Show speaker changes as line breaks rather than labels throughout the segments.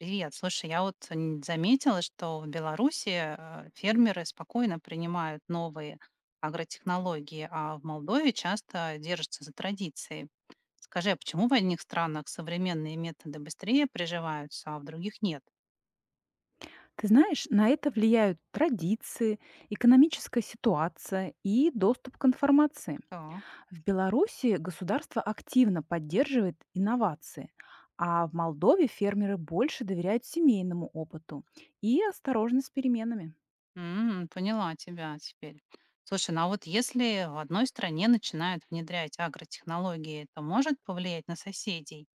Привет. Слушай, я вот заметила, что в Беларуси фермеры спокойно принимают новые агротехнологии, а в Молдове часто держатся за традиции. Скажи, а почему в одних странах современные методы быстрее приживаются, а в других нет?
Ты знаешь, на это влияют традиции, экономическая ситуация и доступ к информации.
Так.
В Беларуси государство активно поддерживает инновации, а в Молдове фермеры больше доверяют семейному опыту и осторожны с переменами.
М, поняла тебя теперь. Слушай, ну а вот если в одной стране начинают внедрять агротехнологии, это может повлиять на соседей?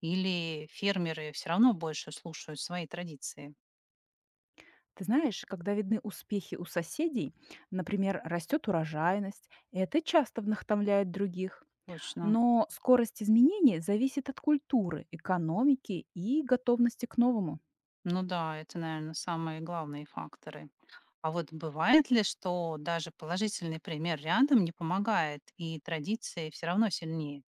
Или фермеры все равно больше слушают свои традиции?
Ты знаешь, когда видны успехи у соседей, например, растет урожайность, это часто вдохновляет других.
Точно.
Но скорость изменений зависит от культуры, экономики и готовности к новому.
Ну да, это, наверное, самые главные факторы. А вот бывает ли, что даже положительный пример рядом не помогает, и традиции все равно сильнее?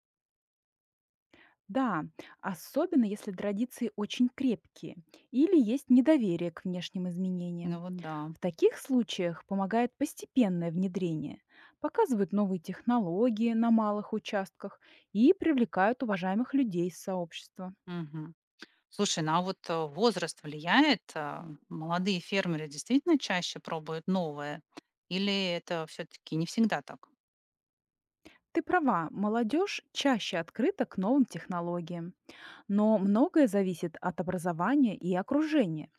Да, особенно если традиции очень крепкие или есть недоверие к внешним изменениям.
Ну вот да.
В таких случаях помогает постепенное внедрение, показывают новые технологии на малых участках и привлекают уважаемых людей из сообщества.
Мгм. Слушай, ну а вот возраст влияет? А, молодые фермеры действительно чаще пробуют новое? Или это все-таки не всегда так?
Ты права, молодежь чаще открыта к новым технологиям, но многое зависит от образования и окружения.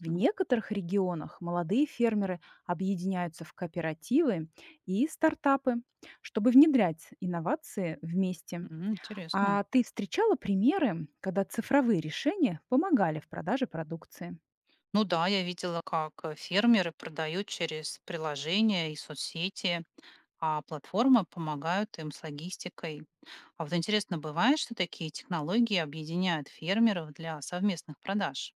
В некоторых регионах молодые фермеры объединяются в кооперативы и стартапы, чтобы внедрять инновации вместе.
М, интересно.
А ты встречала примеры, когда цифровые решения помогали в продаже продукции?
Ну да, я видела, как фермеры продают через приложения и соцсети, а платформы помогают им с логистикой. А вот интересно, бывает, что такие технологии объединяют фермеров для совместных продаж?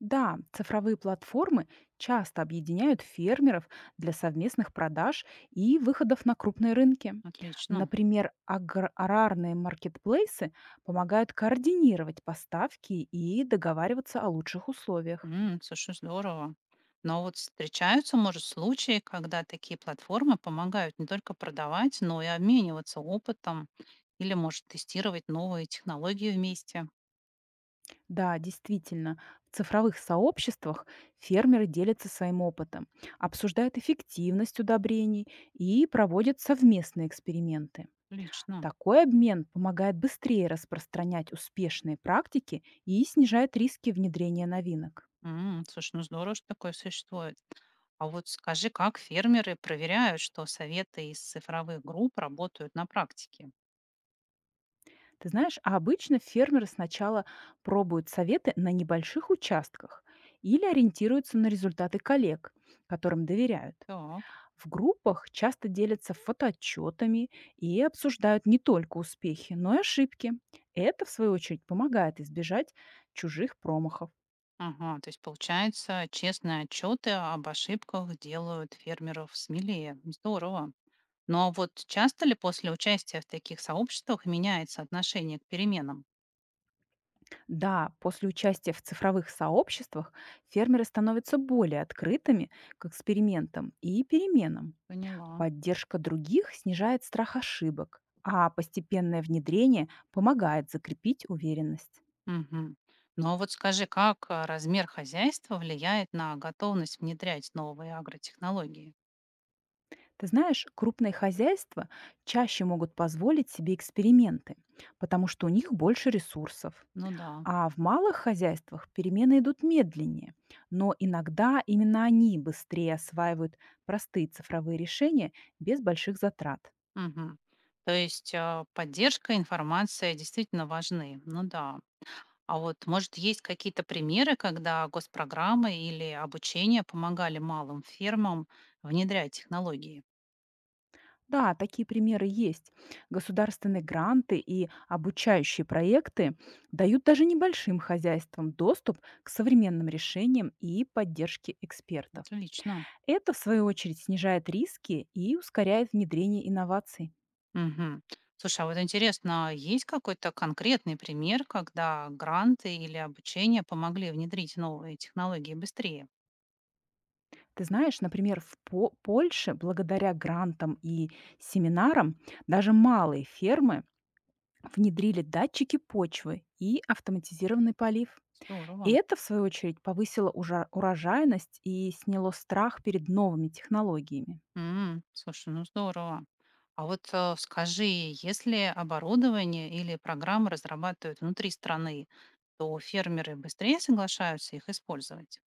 Да, цифровые платформы часто объединяют фермеров для совместных продаж и выходов на крупные рынки.
Отлично.
Например, аграрные маркетплейсы помогают координировать поставки и договариваться о лучших условиях.
М, слушай, здорово. Но вот встречаются, может, случаи, когда такие платформы помогают не только продавать, но и обмениваться опытом или, может, тестировать новые технологии вместе.
Да, действительно, в цифровых сообществах фермеры делятся своим опытом, обсуждают эффективность удобрений и проводят совместные эксперименты.
Отлично.
Такой обмен помогает быстрее распространять успешные практики и снижает риски внедрения новинок.
М, слушай, ну здорово, что такое существует. А вот скажи, как фермеры проверяют, что советы из цифровых групп работают на практике?
Ты знаешь, а обычно фермеры сначала пробуют советы на небольших участках или ориентируются на результаты коллег, которым доверяют.
Так.
В группах часто делятся фотоотчетами и обсуждают не только успехи, но и ошибки. Это, в свою очередь, помогает избежать чужих промахов.
Ага, то есть получается, честные отчеты об ошибках делают фермеров смелее. Здорово. Ну а вот часто ли после участия в таких сообществах меняется отношение к переменам?
Да, после участия в цифровых сообществах фермеры становятся более открытыми к экспериментам и переменам.
Поняла.
Поддержка других снижает страх ошибок, а постепенное внедрение помогает закрепить уверенность.
Мгм. Ну а вот скажи, как а, размер хозяйства влияет на готовность внедрять новые агротехнологии?
Ты знаешь, крупные хозяйства чаще могут позволить себе эксперименты, потому что у них больше ресурсов.
Ну да.
А в малых хозяйствах перемены идут медленнее, но иногда именно они быстрее осваивают простые цифровые решения без больших затрат.
Мгм. То есть поддержка, информация действительно важны. Ну да. А вот, может, есть какие-то примеры, когда госпрограммы или обучение помогали малым фермам внедрять технологии?
Да, такие примеры есть. Государственные гранты и обучающие проекты дают даже небольшим хозяйствам доступ к современным решениям и поддержке экспертов.
Отлично.
Это, в свою очередь, снижает риски и ускоряет внедрение инноваций.
Мгм. Слушай, а вот интересно, есть какой-то конкретный пример, когда гранты или обучение помогли внедрить новые технологии быстрее?
Ты знаешь, например, в Польше благодаря грантам и семинарам даже малые фермы внедрили датчики почвы и автоматизированный полив. И
Здорово.
это, в свою очередь, повысило урожайность и сняло страх перед новыми технологиями.
М, слушай, ну здорово. А вот скажи, если оборудование или программы разрабатывают внутри страны, то фермеры быстрее соглашаются их использовать?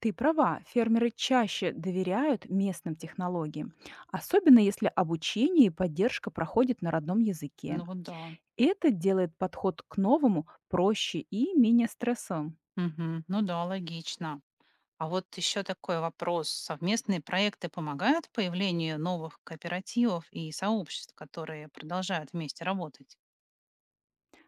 Ты права, фермеры чаще доверяют местным технологиям, особенно если обучение и поддержка проходит на родном языке.
Ну вот да.
Это делает подход к новому проще и менее стрессовым.
Мгм. Ну да, логично. А вот еще такой вопрос. Совместные проекты помогают появлению новых кооперативов и сообществ, которые продолжают вместе работать?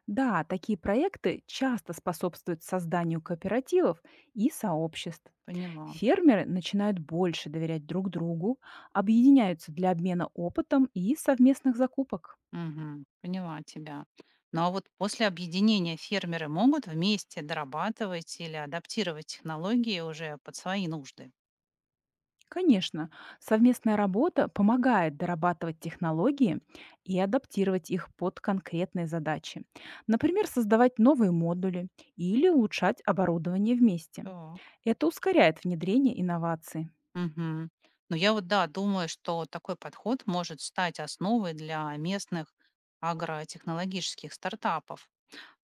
Да, такие проекты часто способствуют созданию кооперативов и сообществ.
Поняла.
Фермеры начинают больше доверять друг другу, объединяются для обмена опытом и совместных закупок.
Мгм. Поняла тебя. Ну а вот после объединения фермеры могут вместе дорабатывать или адаптировать технологии уже под свои нужды?
Конечно, совместная работа помогает дорабатывать технологии и адаптировать их под конкретные задачи. Например, создавать новые модули или улучшать оборудование вместе.
Так.
Это ускоряет внедрение инноваций.
Мгм. Но я вот, да, думаю, что такой подход может стать основой для местных агротехнологических стартапов.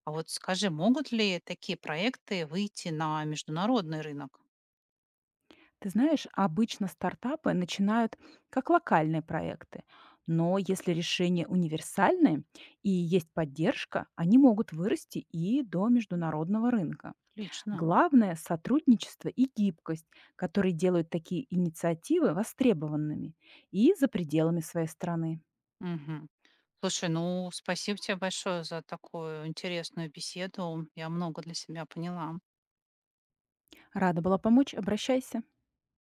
А вот скажи, могут ли такие проекты выйти на международный рынок?
Ты знаешь, обычно стартапы начинают как локальные проекты, но если решения универсальные и есть поддержка, они могут вырасти и до международного рынка.
Отлично.
Главное– сотрудничество и гибкость, которые делают такие инициативы востребованными и за пределами своей страны.
Мгм. Слушай, ну спасибо тебе большое за такую интересную беседу. Я много для себя поняла.
Рада была помочь, обращайся.